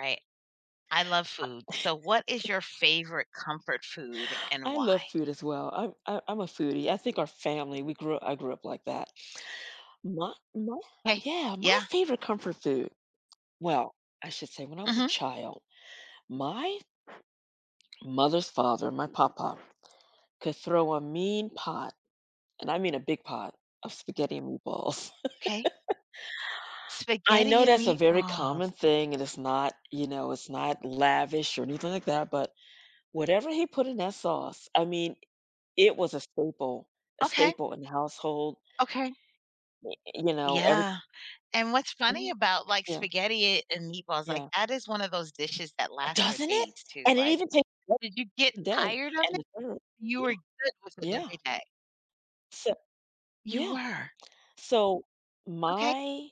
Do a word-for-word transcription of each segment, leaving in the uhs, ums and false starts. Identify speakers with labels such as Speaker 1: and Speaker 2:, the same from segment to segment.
Speaker 1: Right. I love food. So what is your favorite comfort food and
Speaker 2: I love
Speaker 1: why?
Speaker 2: food as well. I'm I, I'm a foodie. I think our family we grew I grew up like that. My my
Speaker 1: Okay.
Speaker 2: yeah, my
Speaker 1: Yeah.
Speaker 2: favorite comfort food. Well, I should say when I was a
Speaker 1: Mhm.
Speaker 2: child, my mother's father, my papa, could throw a mean pot, and I mean a big pot of spaghetti and meatballs.
Speaker 1: Okay.
Speaker 2: I know
Speaker 1: Spaghetti and
Speaker 2: that's a very common
Speaker 1: meatballs.
Speaker 2: thing, and it's not, you know, it's not lavish or anything like that, but whatever he put in that sauce, I mean, it was a staple, a
Speaker 1: Okay.
Speaker 2: staple in the household.
Speaker 1: Okay.
Speaker 2: y- You know, every.
Speaker 1: Yeah. And what's funny
Speaker 2: Mhm.
Speaker 1: about, like,
Speaker 2: Yeah,
Speaker 1: spaghetti and meatballs, like,
Speaker 2: yeah.
Speaker 1: that is one of those dishes that lasts for
Speaker 2: Doesn't it?
Speaker 1: days too,
Speaker 2: And it
Speaker 1: like,
Speaker 2: even takes the
Speaker 1: did you get
Speaker 2: second day
Speaker 1: tired of
Speaker 2: and
Speaker 1: it?
Speaker 2: the third.
Speaker 1: You were
Speaker 2: Yeah,
Speaker 1: good with it
Speaker 2: yeah.
Speaker 1: every day.
Speaker 2: So
Speaker 1: You
Speaker 2: yeah.
Speaker 1: were.
Speaker 2: So
Speaker 1: Okay.
Speaker 2: my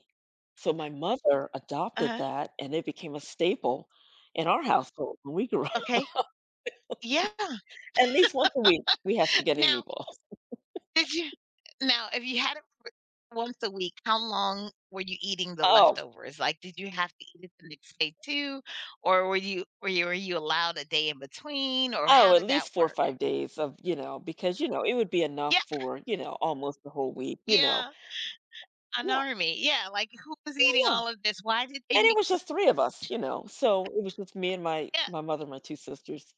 Speaker 2: so my mother adopted
Speaker 1: Uh-huh.
Speaker 2: that and it became a staple in our household when we grew up.
Speaker 1: Okay. Yeah.
Speaker 2: At least once a week, we had spaghetti and
Speaker 1: Now,
Speaker 2: meatballs.
Speaker 1: did you now, if you had once a week, how long were you eating the
Speaker 2: Oh,
Speaker 1: leftovers? Like, did you have to eat it the next day too, or were you were you were you allowed a day in between, or
Speaker 2: oh,
Speaker 1: how
Speaker 2: at
Speaker 1: did that
Speaker 2: least four or
Speaker 1: work?
Speaker 2: five days of, you know, because, you know, it would be
Speaker 1: Yeah,
Speaker 2: enough for, you know, almost the whole week, you know.
Speaker 1: yeah, an
Speaker 2: Yeah,
Speaker 1: army. Yeah, like, who was eating
Speaker 2: yeah, yeah.
Speaker 1: all of this? Why did they
Speaker 2: And it
Speaker 1: make
Speaker 2: was
Speaker 1: so
Speaker 2: just three of us, you know. So it was just me and my
Speaker 1: Yeah,
Speaker 2: my mother and my two sisters.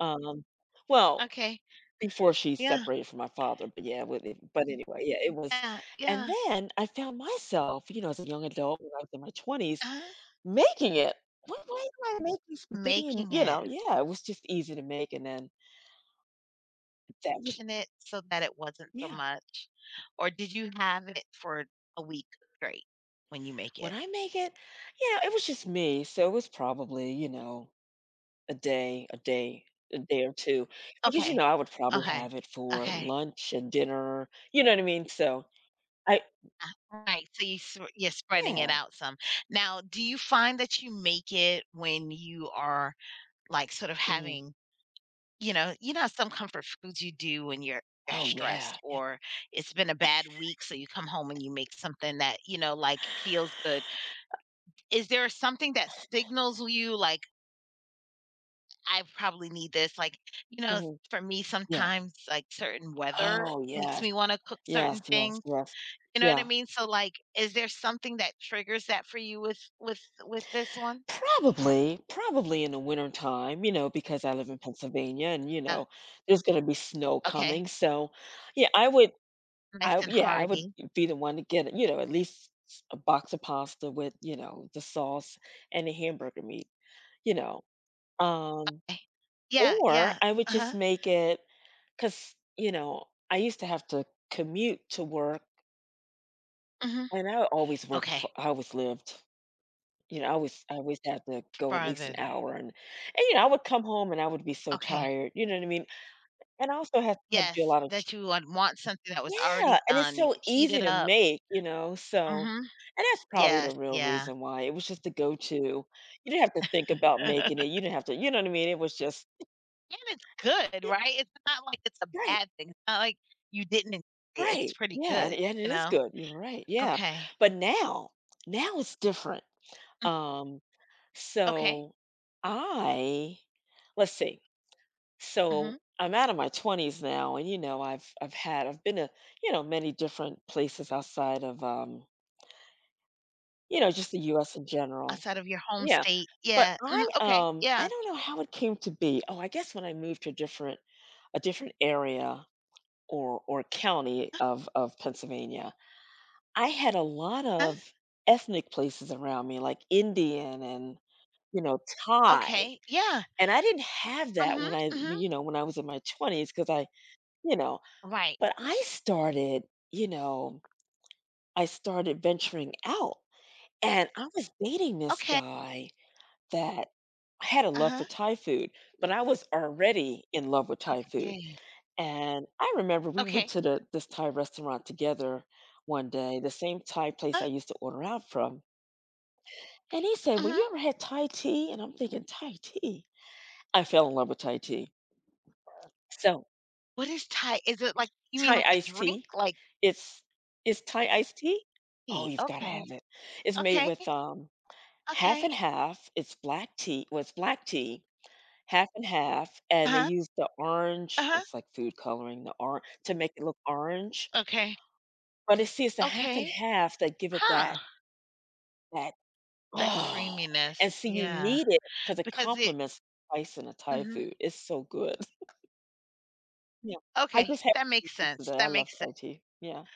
Speaker 2: Um, well,
Speaker 1: okay,
Speaker 2: before she
Speaker 1: yeah,
Speaker 2: separated from my father, but yeah, with it but anyway, yeah, it was.
Speaker 1: yeah,
Speaker 2: And
Speaker 1: yeah.
Speaker 2: then I found myself, you know, as a young adult when I was in my twenties,
Speaker 1: uh
Speaker 2: making it. Why why am I making spaghetti? And
Speaker 1: Making
Speaker 2: you
Speaker 1: it,
Speaker 2: know, yeah, it was just easy to make. And then that was,
Speaker 1: making it so that it wasn't so
Speaker 2: yeah,
Speaker 1: much, or did you have it for a week straight when you make
Speaker 2: when
Speaker 1: it?
Speaker 2: I make it, you know, it was just me, so it was probably, you know, a day, a day, a day or two because, you
Speaker 1: Okay,
Speaker 2: know, I would probably
Speaker 1: okay,
Speaker 2: have it for
Speaker 1: okay.
Speaker 2: lunch and dinner, you know what I mean? So, I
Speaker 1: Right, so you sp you're spreading
Speaker 2: yeah,
Speaker 1: it out some. Now, do you find that you make it when you are, like, sort of
Speaker 2: mm,
Speaker 1: having you know you know how some comfort foods you do when you're you're
Speaker 2: oh, yeah.
Speaker 1: stressed, or it's been a bad week, so you come home and you make something that, you know, like, feels good. Is there something that signals you, like, "I probably need this?" Like, you know,
Speaker 2: Mhm.
Speaker 1: for me,
Speaker 2: Yeah.
Speaker 1: sometimes, like, certain weather
Speaker 2: Oh,
Speaker 1: makes
Speaker 2: yes.
Speaker 1: me wanna cook
Speaker 2: Yes,
Speaker 1: certain
Speaker 2: yes,
Speaker 1: things.
Speaker 2: yes.
Speaker 1: You know what I
Speaker 2: Yeah.
Speaker 1: mean? So, like, is there something that triggers that for you with with with this one?
Speaker 2: Probably, probably in the winter time, you know, because I live in Pennsylvania and, you
Speaker 1: Yeah,
Speaker 2: know, there's gonna be snow
Speaker 1: okay.
Speaker 2: coming. So, yeah, I would
Speaker 1: Nice
Speaker 2: I
Speaker 1: and
Speaker 2: yeah, I would
Speaker 1: hearty.
Speaker 2: be the one to get, you know, at least s- a box of pasta with, you know, the sauce and the hamburger meat, you know. Um,
Speaker 1: Eh. Yeah,
Speaker 2: or
Speaker 1: yeah.
Speaker 2: I would just
Speaker 1: Uh-huh.
Speaker 2: make it because, you know, I used to have to commute to work.
Speaker 1: Mhm.
Speaker 2: And I always worked for,
Speaker 1: Okay.
Speaker 2: I always lived you know, I always I always had to go at least an
Speaker 1: Farther.
Speaker 2: hour and and, you know, I would come home and I would be so
Speaker 1: Okay.
Speaker 2: tired, you know what I mean? And I also had had to do a
Speaker 1: Yes,
Speaker 2: lot of ch
Speaker 1: that you would want something that was
Speaker 2: Yeah,
Speaker 1: already
Speaker 2: and it's
Speaker 1: done. You
Speaker 2: so
Speaker 1: could heat
Speaker 2: easy
Speaker 1: it
Speaker 2: to
Speaker 1: up.
Speaker 2: make, you know, so
Speaker 1: Mhm.
Speaker 2: and that's probably the
Speaker 1: Yes,
Speaker 2: real
Speaker 1: yeah.
Speaker 2: reason why, it was just the go-to. You didn't have to think about making it, you didn't have to you know what I mean? It was just,
Speaker 1: And it's good,
Speaker 2: yeah,
Speaker 1: right? It's not like it's a
Speaker 2: right,
Speaker 1: bad thing. It's not like you didn't enjoy it.
Speaker 2: right,
Speaker 1: It's pretty
Speaker 2: yeah, and
Speaker 1: good,
Speaker 2: and it
Speaker 1: you
Speaker 2: is
Speaker 1: know?
Speaker 2: good, you're right, yeah,
Speaker 1: Okay.
Speaker 2: but now now it's different. Um,
Speaker 1: Okay.
Speaker 2: so I let's see.
Speaker 1: Mhm.
Speaker 2: So I'm out of my twenties now, and you know, I've I've had I've been to, you know, many different places outside of um you know, just the U S in general.
Speaker 1: Outside of your home
Speaker 2: Yeah,
Speaker 1: state.
Speaker 2: but
Speaker 1: Yeah.
Speaker 2: I
Speaker 1: Mhm, okay,
Speaker 2: um
Speaker 1: yeah.
Speaker 2: I don't know how it came to be. Oh, I guess when I moved to a different a different area or or county of of Pennsylvania, I had a lot
Speaker 1: Huh?
Speaker 2: of ethnic places around me, like Indian and, you know, Thai,
Speaker 1: Okay, yeah.
Speaker 2: and I didn't have that
Speaker 1: Mhm,
Speaker 2: when I
Speaker 1: mhm.
Speaker 2: you know when I was in my twenties because I you know
Speaker 1: Right.
Speaker 2: but I started, you know, I started venturing out, and I was dating this
Speaker 1: Okay.
Speaker 2: guy that I had a love for
Speaker 1: Uh-huh.
Speaker 2: Thai food, but I was already in love with Thai food.
Speaker 1: Okay.
Speaker 2: And I remember we went
Speaker 1: Okay.
Speaker 2: to the this Thai restaurant together one day, the same Thai place
Speaker 1: Huh?
Speaker 2: I used to order out from, and he said, "Well, you
Speaker 1: Mhm.
Speaker 2: ever had Thai tea?" And I'm thinking, "Thai tea?" I fell in love with Thai tea. So,
Speaker 1: What is Thai? Is it like you mean
Speaker 2: Thai
Speaker 1: like a
Speaker 2: iced
Speaker 1: drink?
Speaker 2: tea.
Speaker 1: Like
Speaker 2: It's it's Thai iced tea? Oh,
Speaker 1: tea?
Speaker 2: you've gotta
Speaker 1: Okay.
Speaker 2: have it. It's made
Speaker 1: Okay,
Speaker 2: with, um, half
Speaker 1: okay.
Speaker 2: and half. It's black tea, well, it's black tea, half and half. And they
Speaker 1: Uh-huh,
Speaker 2: use the orange,
Speaker 1: uh-huh.
Speaker 2: it's like food coloring, the orange, to make it look orange,
Speaker 1: Okay,
Speaker 2: but it's see, it's the half and
Speaker 1: okay.
Speaker 2: half that give it
Speaker 1: Huh,
Speaker 2: that that,
Speaker 1: that
Speaker 2: "Oh,"
Speaker 1: creaminess,
Speaker 2: and see, you
Speaker 1: yeah,
Speaker 2: need it because it
Speaker 1: because it
Speaker 2: complements spice in a Thai
Speaker 1: mhm.
Speaker 2: food. It's so good. Yeah. I
Speaker 1: Okay,
Speaker 2: just had
Speaker 1: that makes sense,
Speaker 2: that I
Speaker 1: that
Speaker 2: love
Speaker 1: makes
Speaker 2: Thai
Speaker 1: sense.
Speaker 2: tea. Yeah,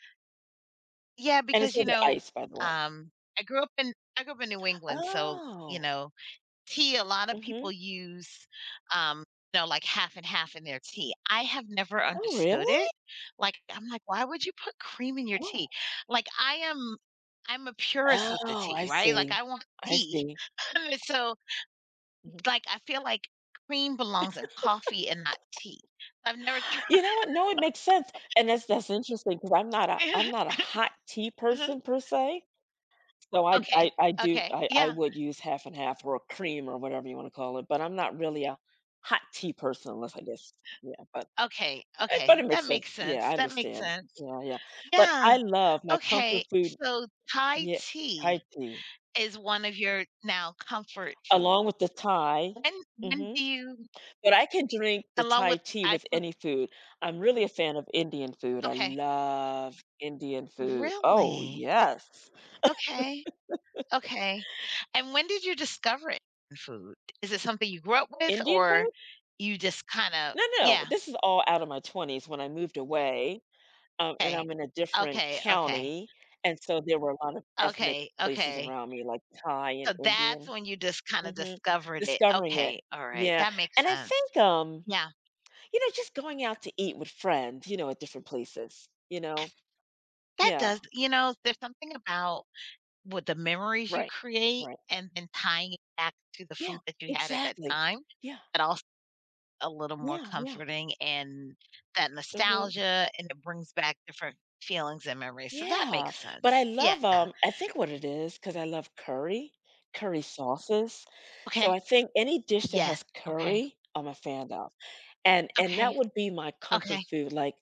Speaker 1: Yeah,
Speaker 2: and it's
Speaker 1: because, you
Speaker 2: over
Speaker 1: know,
Speaker 2: ice, by the way.
Speaker 1: um, I grew up in I grew up in New England, so, you
Speaker 2: Oh.
Speaker 1: know, tea, a lot of
Speaker 2: Mhm.
Speaker 1: people use um you know like half and half in their tea. I have never
Speaker 2: Oh, really?
Speaker 1: understood it. Like, I'm like, why would you put cream in your
Speaker 2: Oh.
Speaker 1: tea? Like, i am i'm a purist with the
Speaker 2: Oh,
Speaker 1: tea,
Speaker 2: I
Speaker 1: right? Like,
Speaker 2: see.
Speaker 1: I want
Speaker 2: I
Speaker 1: tea.
Speaker 2: see.
Speaker 1: So,
Speaker 2: Mhm.
Speaker 1: like, I feel like cream belongs in coffee and not tea. I've never tried
Speaker 2: You know what? No, it makes sense, and that's that's interesting because 'cause I'm not a I'm not a hot tea
Speaker 1: Mhm.
Speaker 2: person per se, so I
Speaker 1: Okay,
Speaker 2: I I do
Speaker 1: okay,
Speaker 2: I I
Speaker 1: yeah,
Speaker 2: would use half and half or a cream or whatever you wanna call it, but I'm not really a hot tea person unless I guess yeah, but
Speaker 1: okay,
Speaker 2: eh, but
Speaker 1: okay,
Speaker 2: it
Speaker 1: that
Speaker 2: makes sense.
Speaker 1: makes
Speaker 2: Yeah, I
Speaker 1: sense, that makes
Speaker 2: understand.
Speaker 1: sense.
Speaker 2: Yeah, yeah, but
Speaker 1: Yeah,
Speaker 2: I love my comfort
Speaker 1: okay,
Speaker 2: food,
Speaker 1: so Thai
Speaker 2: yeah, Thai
Speaker 1: tea
Speaker 2: tea
Speaker 1: Is one of your now comfort
Speaker 2: along with
Speaker 1: foods.
Speaker 2: the Thai.
Speaker 1: When when
Speaker 2: Mhm.
Speaker 1: do you
Speaker 2: But I can drink the
Speaker 1: along
Speaker 2: Thai
Speaker 1: with
Speaker 2: tea
Speaker 1: Thai
Speaker 2: with
Speaker 1: food
Speaker 2: any food. I'm really a fan of Indian food. I
Speaker 1: okay.
Speaker 2: love Indian food. Oh,
Speaker 1: Really?
Speaker 2: yes.
Speaker 1: Okay, okay. And when did you discover it in food? Is it something you grew up with,
Speaker 2: Indian
Speaker 1: or
Speaker 2: food?
Speaker 1: you just kinda
Speaker 2: No, no,
Speaker 1: yeah,
Speaker 2: this is all out of my twenties when I moved away, um, and
Speaker 1: okay.
Speaker 2: I'm in a different
Speaker 1: Okay, okay.
Speaker 2: county, and so there were a lot of ethnic
Speaker 1: Okay,
Speaker 2: places
Speaker 1: okay.
Speaker 2: around me, like Thai and
Speaker 1: So that's
Speaker 2: Indian.
Speaker 1: when you just kinda
Speaker 2: Mhm.
Speaker 1: discovered it.
Speaker 2: Discovering it.
Speaker 1: Okay, alright,
Speaker 2: Yeah,
Speaker 1: that makes
Speaker 2: and I
Speaker 1: sense.
Speaker 2: think, um,
Speaker 1: Yeah,
Speaker 2: you know, just going out to eat with friends, you know, at different places, you know?
Speaker 1: that
Speaker 2: Yeah,
Speaker 1: does you know, there's something about With the memories you
Speaker 2: right.
Speaker 1: create
Speaker 2: Right.
Speaker 1: and then tying it back to the
Speaker 2: Yeah,
Speaker 1: food that you had at that
Speaker 2: exactly.
Speaker 1: time,
Speaker 2: Yeah,
Speaker 1: but also a little more
Speaker 2: yeah, yeah.
Speaker 1: comforting, and that
Speaker 2: Mhm.
Speaker 1: nostalgia, and it brings back different feelings and memories, so that
Speaker 2: Yeah,
Speaker 1: makes
Speaker 2: but I
Speaker 1: sense. Yeah.
Speaker 2: love, um I think what it is because I love curry, curry sauces, so
Speaker 1: Okay.
Speaker 2: I think any dish that
Speaker 1: Yes.
Speaker 2: has
Speaker 1: Okay.
Speaker 2: curry, I'm a fan of, and and
Speaker 1: Okay.
Speaker 2: that would be my comfort
Speaker 1: Okay.
Speaker 2: food, like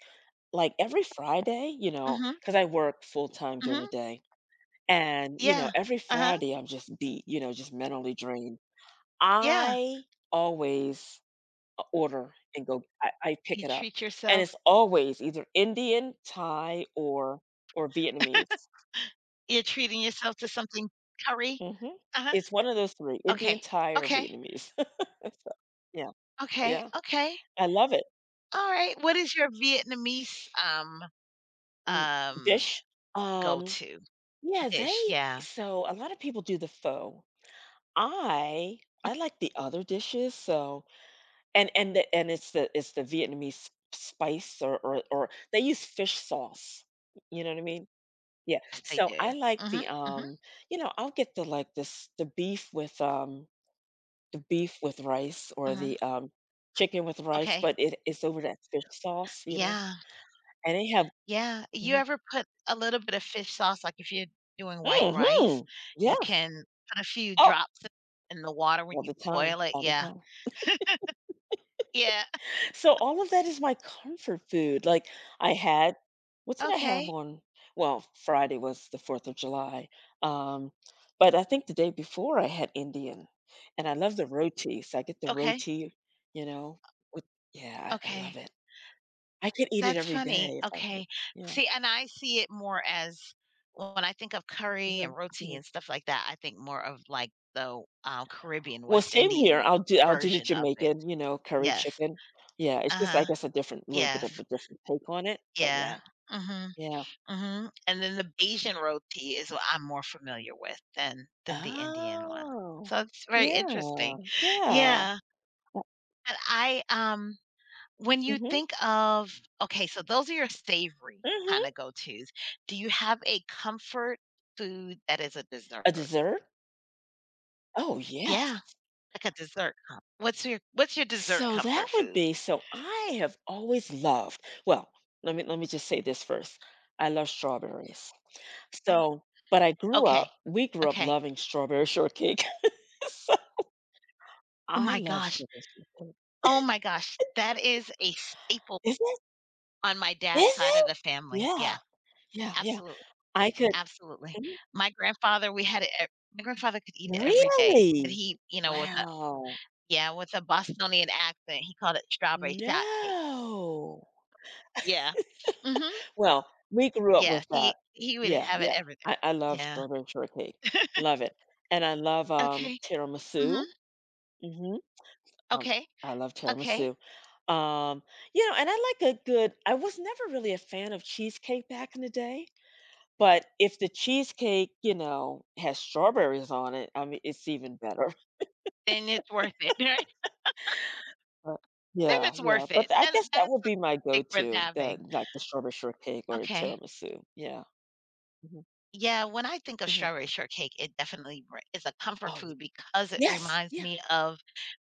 Speaker 2: like, every Friday, you know,
Speaker 1: Mhm.
Speaker 2: because I work full time during
Speaker 1: Mhm.
Speaker 2: the day, and, you know,
Speaker 1: Yeah.
Speaker 2: every
Speaker 1: Uh-huh.
Speaker 2: Friday, I'm just beat, you know, just mentally drained.
Speaker 1: Yeah.
Speaker 2: I always order and go I I pick
Speaker 1: You
Speaker 2: it up,
Speaker 1: treat
Speaker 2: and it's
Speaker 1: yourself.
Speaker 2: always either Indian, Thai, or or Vietnamese.
Speaker 1: You're treating yourself to something curry.
Speaker 2: Mhm.
Speaker 1: Uh-huh.
Speaker 2: It's one of those three, Indian,
Speaker 1: Okay.
Speaker 2: Thai, or
Speaker 1: Okay.
Speaker 2: Vietnamese. So, yeah,
Speaker 1: Okay.
Speaker 2: yeah,
Speaker 1: Okay.
Speaker 2: I love it.
Speaker 1: Alright. What is your Vietnamese, um
Speaker 2: Mm,
Speaker 1: um,
Speaker 2: dish? Um,
Speaker 1: go-to
Speaker 2: yeah, they
Speaker 1: dish. Yeah,
Speaker 2: so a lot of people do the pho. I I like the other dishes, so and and the and it's the it's the Vietnamese spice, or or or they use fish sauce, you know what I mean? Yeah.
Speaker 1: yes, they
Speaker 2: So
Speaker 1: do.
Speaker 2: I like
Speaker 1: Mhm,
Speaker 2: the,
Speaker 1: mhm,
Speaker 2: um, you know, I'll get, the like, this, the beef with, um the beef with rice, or
Speaker 1: mhm.
Speaker 2: the, um chicken with rice,
Speaker 1: Okay.
Speaker 2: but it's over that fish sauce, you know.
Speaker 1: Yeah,
Speaker 2: And they have
Speaker 1: yeah. You
Speaker 2: hmm
Speaker 1: ever put a little bit of fish sauce, like, if you're doing white
Speaker 2: hmm
Speaker 1: rice, you
Speaker 2: yeah.
Speaker 1: can put a few
Speaker 2: Oh,
Speaker 1: drops in in the water
Speaker 2: all
Speaker 1: when you
Speaker 2: the time.
Speaker 1: boil it.
Speaker 2: All the
Speaker 1: Yeah.
Speaker 2: time.
Speaker 1: Yeah.
Speaker 2: So all of that is my comfort food. Like, I had, what did I have
Speaker 1: Okay,
Speaker 2: on? Well, Friday was the Fourth of July, um, but I think the day before I had Indian, and I love the roti. So I get the
Speaker 1: okay,
Speaker 2: roti, you know. With, yeah, I, I love
Speaker 1: okay.
Speaker 2: it. I could eat it
Speaker 1: That's
Speaker 2: every
Speaker 1: funny.
Speaker 2: day if I would.
Speaker 1: Okay.
Speaker 2: Yeah.
Speaker 1: See, and I see it more as when I think of curry
Speaker 2: Mhm,
Speaker 1: and roti
Speaker 2: mhm.
Speaker 1: and stuff like that, I think more of, like, the, um, Caribbean,
Speaker 2: Well,
Speaker 1: West
Speaker 2: same here.
Speaker 1: Indian
Speaker 2: I'll do I'll do the
Speaker 1: version of it.
Speaker 2: Jamaican, you know, curry
Speaker 1: Yes.
Speaker 2: chicken. Yeah, it's just, I
Speaker 1: Uh-huh.
Speaker 2: guess, a different, little bit
Speaker 1: Yes.
Speaker 2: of a different take on it. But
Speaker 1: Yeah.
Speaker 2: yeah,
Speaker 1: Mhm.
Speaker 2: yeah.
Speaker 1: Mhm. And then the Bajan roti is what I'm more familiar with than than the Indian one.
Speaker 2: Oh.
Speaker 1: So it's very
Speaker 2: Yeah,
Speaker 1: interesting.
Speaker 2: yeah.
Speaker 1: Yeah. And I um when you
Speaker 2: Mhm,
Speaker 1: think of okay, so those are your savory kind
Speaker 2: mhm.
Speaker 1: of go-tos. Do you have a comfort food that is a
Speaker 2: A
Speaker 1: dessert?
Speaker 2: dessert? Oh, yes.
Speaker 1: Yeah, like a dessert. com- What's your what's your dessert
Speaker 2: So that
Speaker 1: comfort
Speaker 2: would
Speaker 1: food?
Speaker 2: be so I have always loved well, let me let me just say this first. I love strawberries.
Speaker 1: Huh?
Speaker 2: So but I grew
Speaker 1: Okay.
Speaker 2: up we grew up
Speaker 1: Okay.
Speaker 2: loving strawberry shortcake. So
Speaker 1: Oh
Speaker 2: I
Speaker 1: my
Speaker 2: love
Speaker 1: gosh.
Speaker 2: strawberry shortcake.
Speaker 1: Oh my gosh, that is a staple
Speaker 2: Is it?
Speaker 1: on my dad's
Speaker 2: Is
Speaker 1: side
Speaker 2: it?
Speaker 1: of the family. Yeah,
Speaker 2: Yeah, yeah, yeah.
Speaker 1: absolutely,
Speaker 2: I could
Speaker 1: absolutely.
Speaker 2: Mhm.
Speaker 1: My grandfather, we had it ev my grandfather could eat it every day, but
Speaker 2: Really?
Speaker 1: he, you know, with a
Speaker 2: Wow.
Speaker 1: yeah, with a Bostonian accent, he called it strawberry shortcake.
Speaker 2: No.
Speaker 1: Yeah. Mhm.
Speaker 2: Well, we grew up with
Speaker 1: Yes,
Speaker 2: that.
Speaker 1: he he would
Speaker 2: Yeah,
Speaker 1: have it
Speaker 2: yeah.
Speaker 1: every day.
Speaker 2: I I love
Speaker 1: Yeah.
Speaker 2: strawberry shortcake. Love it. And I love, um,
Speaker 1: Okay.
Speaker 2: tiramisu.
Speaker 1: Mhm.
Speaker 2: Mhm. Um,
Speaker 1: Okay.
Speaker 2: I love
Speaker 1: Okay.
Speaker 2: tiramisu. Um, you know, and I like a good I was never really a fan of cheesecake back in the day, but if the cheesecake, you know, has strawberries on it, I mean, it's even better.
Speaker 1: Then it's worth it, right?
Speaker 2: But
Speaker 1: Then
Speaker 2: yeah,
Speaker 1: it's
Speaker 2: yeah,
Speaker 1: worth
Speaker 2: but
Speaker 1: it.
Speaker 2: I
Speaker 1: Then
Speaker 2: guess that
Speaker 1: that's
Speaker 2: would
Speaker 1: a
Speaker 2: be my
Speaker 1: steak worth
Speaker 2: go-to, the
Speaker 1: having.
Speaker 2: like the strawberry shortcake or the
Speaker 1: Okay.
Speaker 2: tiramisu. Yeah. Mhm,
Speaker 1: Yeah, when I think of
Speaker 2: mhm.
Speaker 1: strawberry shortcake, it definitely re is a comfort
Speaker 2: Oh,
Speaker 1: food because it
Speaker 2: yes,
Speaker 1: reminds
Speaker 2: yes.
Speaker 1: me of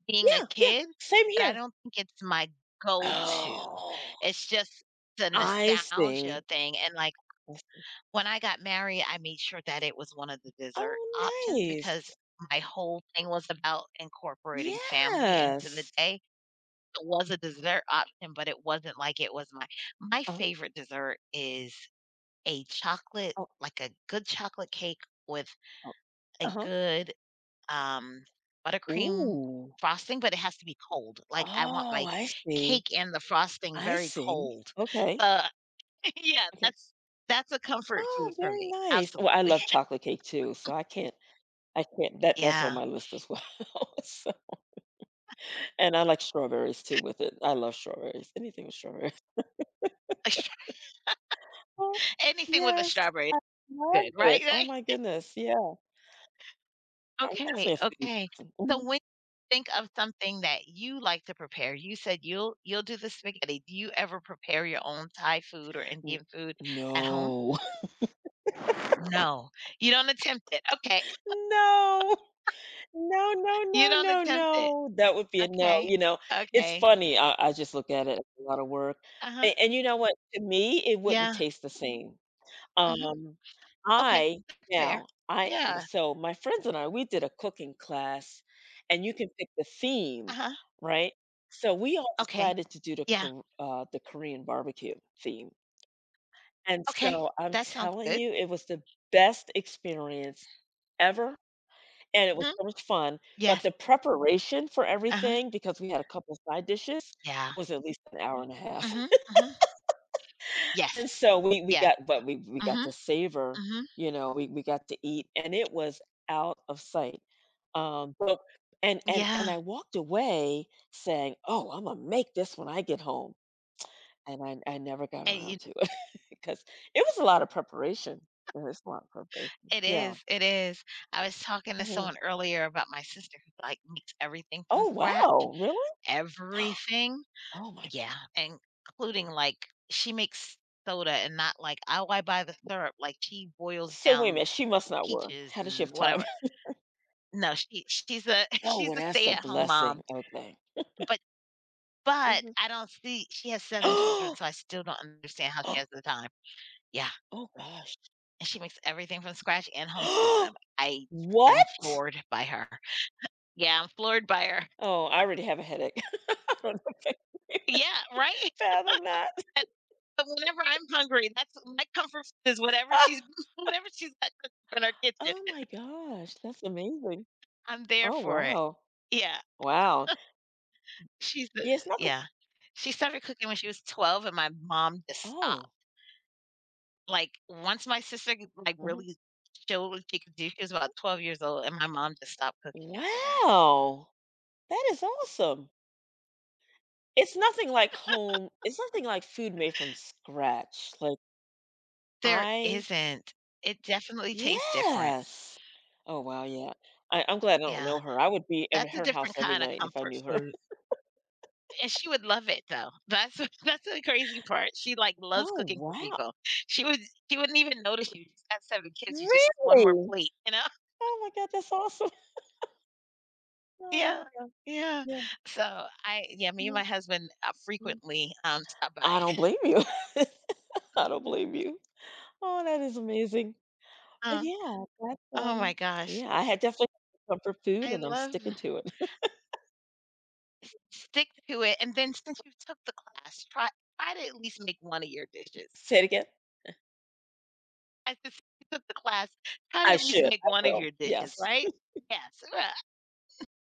Speaker 1: being a
Speaker 2: Yeah, yeah,
Speaker 1: kid,
Speaker 2: same
Speaker 1: but I
Speaker 2: here.
Speaker 1: don't think it's my go-to.
Speaker 2: Oh,
Speaker 1: It's just the
Speaker 2: I see.
Speaker 1: nostalgia thing, and, like,
Speaker 2: I see.
Speaker 1: when I got married, I made sure that it was one of the dessert
Speaker 2: Oh,
Speaker 1: options
Speaker 2: nice.
Speaker 1: because my whole thing was about incorporating family into the
Speaker 2: Yes.
Speaker 1: day. It was a dessert option, but it wasn't like it was my my
Speaker 2: Uh,
Speaker 1: favorite dessert is a chocolate
Speaker 2: oh,
Speaker 1: like, a good chocolate cake with
Speaker 2: oh,
Speaker 1: a
Speaker 2: uh-huh.
Speaker 1: good, um, buttercream
Speaker 2: Ooh.
Speaker 1: frosting, but it has to be cold. Like, I want
Speaker 2: Oh,
Speaker 1: my
Speaker 2: I see.
Speaker 1: cake and the frosting
Speaker 2: I
Speaker 1: very
Speaker 2: see.
Speaker 1: cold.
Speaker 2: Okay.
Speaker 1: Uh, yeah,
Speaker 2: Okay.
Speaker 1: that's that's a comfort food
Speaker 2: Oh,
Speaker 1: for
Speaker 2: very
Speaker 1: me.
Speaker 2: nice. Well, I
Speaker 1: Absolutely.
Speaker 2: love chocolate cake too, so I can't I can't that that's on
Speaker 1: Yeah.
Speaker 2: my list as well. So, and I like strawberries too with it. I love strawberries. Anything with strawberries. Oh,
Speaker 1: Anything with a
Speaker 2: yes.
Speaker 1: strawberry is
Speaker 2: Love
Speaker 1: good, right?
Speaker 2: it. Oh
Speaker 1: Right?
Speaker 2: my goodness. Yeah. I'm
Speaker 1: Okay,
Speaker 2: definitely a foodie
Speaker 1: okay. So
Speaker 2: person.
Speaker 1: when you think of something that you like to prepare, you said you'll you'll do the spaghetti. Do you ever prepare your own Thai food or
Speaker 2: N
Speaker 1: Indian food at home?
Speaker 2: No.
Speaker 1: No, you don't attempt it. Okay.
Speaker 2: No. No, no,
Speaker 1: You
Speaker 2: no,
Speaker 1: don't
Speaker 2: no,
Speaker 1: attempt it.
Speaker 2: no. That would be a no,
Speaker 1: Okay.
Speaker 2: you know? It's
Speaker 1: Okay.
Speaker 2: funny, I I just look at it as a lot of work,
Speaker 1: Uh-huh.
Speaker 2: a and you know what? To me, it wouldn't
Speaker 1: Yeah.
Speaker 2: taste the same.
Speaker 1: Mhm.
Speaker 2: Um,
Speaker 1: Okay.
Speaker 2: I
Speaker 1: That's fair.
Speaker 2: now, I
Speaker 1: Yeah.
Speaker 2: so my friends and I, we did a cooking class, and you can pick the theme,
Speaker 1: Uh-huh.
Speaker 2: right? So we all
Speaker 1: Okay.
Speaker 2: decided to do the
Speaker 1: Yeah.
Speaker 2: Kor uh, the Korean barbecue theme, and
Speaker 1: Okay.
Speaker 2: so I'm
Speaker 1: That sounds
Speaker 2: telling
Speaker 1: good.
Speaker 2: you, it was the best experience ever, and it was
Speaker 1: Mhm.
Speaker 2: so much fun, but
Speaker 1: Yes.
Speaker 2: the preparation for
Speaker 1: Uh-huh.
Speaker 2: everything, because we had a couple side dishes,
Speaker 1: Yeah.
Speaker 2: was at least an hour and a half.
Speaker 1: Mhm. Mhm. Yes.
Speaker 2: And so we we
Speaker 1: Yeah.
Speaker 2: got but we we got
Speaker 1: Mhm.
Speaker 2: to savor,
Speaker 1: Mhm.
Speaker 2: you know, we we got to eat, and it was out of sight, um, but and and and
Speaker 1: Yeah.
Speaker 2: I walked away saying, "Oh, Imma make this when I get home," and I I never got
Speaker 1: And you
Speaker 2: around to it because it was a lot of preparation. It was a lot of preparation.
Speaker 1: it
Speaker 2: Yeah.
Speaker 1: is, it is. I was talking to
Speaker 2: Mhm.
Speaker 1: someone earlier about my sister who, like, makes everything from
Speaker 2: Oh,
Speaker 1: scratch.
Speaker 2: wow, really?
Speaker 1: Everything.
Speaker 2: Oh my
Speaker 1: Yeah, and including, like, she makes soda and not like, "Oh, I buy the syrup," like, she boils
Speaker 2: So wait a
Speaker 1: down
Speaker 2: minute, she must not work.
Speaker 1: peaches
Speaker 2: How does she have
Speaker 1: and
Speaker 2: time?
Speaker 1: whatever. No, she she's a
Speaker 2: Oh, well,
Speaker 1: she's a
Speaker 2: that's a
Speaker 1: stay-at-home
Speaker 2: blessing.
Speaker 1: mom,
Speaker 2: Okay.
Speaker 1: but but
Speaker 2: Mhm.
Speaker 1: I don't see she has seven children, so I still don't understand how she has the time. Yeah,
Speaker 2: Oh gosh.
Speaker 1: and she makes everything from scratch and homeschools them. I am
Speaker 2: What?
Speaker 1: floored by her. Yeah, I'm floored by her.
Speaker 2: Oh, I already have a headache. I don't know if I can
Speaker 1: Yeah, right?
Speaker 2: fathom that.
Speaker 1: And but whenever I'm hungry, that's my comfort food is whatever she's whatever she's got cooked in her kitchen.
Speaker 2: Oh my gosh, that's amazing.
Speaker 1: I'm there
Speaker 2: Oh,
Speaker 1: for it.
Speaker 2: wow.
Speaker 1: Yeah,
Speaker 2: Wow.
Speaker 1: she's the
Speaker 2: Yeah, it's nothing.
Speaker 1: yeah. She started cooking when she was twelve and my mom just stopped.
Speaker 2: Oh.
Speaker 1: Like, once my sister, like,
Speaker 2: Mhm.
Speaker 1: really showed what she could do, she was about twelve years old, and my mom just stopped cooking after that.
Speaker 2: Wow. That is awesome. It's nothing like home. It's nothing like food made from scratch. Like,
Speaker 1: There
Speaker 2: I
Speaker 1: isn't. It definitely tastes different.
Speaker 2: Yes. Oh, wow, yeah. I I'm glad I don't
Speaker 1: Yeah.
Speaker 2: know her. I would be at
Speaker 1: That's a
Speaker 2: her
Speaker 1: different
Speaker 2: house every
Speaker 1: kind of
Speaker 2: night if I
Speaker 1: comfort
Speaker 2: knew her.
Speaker 1: food, and she would love it, though. That's that's the crazy part. She, like, loves
Speaker 2: Oh,
Speaker 1: cooking for
Speaker 2: wow.
Speaker 1: people. She would she wouldn't even notice you just got seven kids, you just one more
Speaker 2: Really?
Speaker 1: plate, you know?
Speaker 2: Oh my god, that's awesome. Oh my
Speaker 1: Yeah,
Speaker 2: god.
Speaker 1: yeah.
Speaker 2: Yeah.
Speaker 1: So I yeah, me and
Speaker 2: Mhm,
Speaker 1: my husband, uh,
Speaker 2: mhm.
Speaker 1: frequently, um, stop by.
Speaker 2: I don't blame you. I don't blame you. Oh, that is amazing. But
Speaker 1: Um,
Speaker 2: yeah, that's,
Speaker 1: oh my
Speaker 2: um
Speaker 1: gosh,
Speaker 2: yeah, I had definitely had some comfort food,
Speaker 1: I
Speaker 2: and I'm
Speaker 1: love
Speaker 2: sticking to it.
Speaker 1: s stick to it, and then since you took the class, try try to at least make one of your dishes.
Speaker 2: Say it again?
Speaker 1: I just you took the class, try to
Speaker 2: I
Speaker 1: at least
Speaker 2: should.
Speaker 1: make
Speaker 2: I
Speaker 1: one of
Speaker 2: will.
Speaker 1: your dishes,
Speaker 2: Yes.
Speaker 1: right? Yes, right.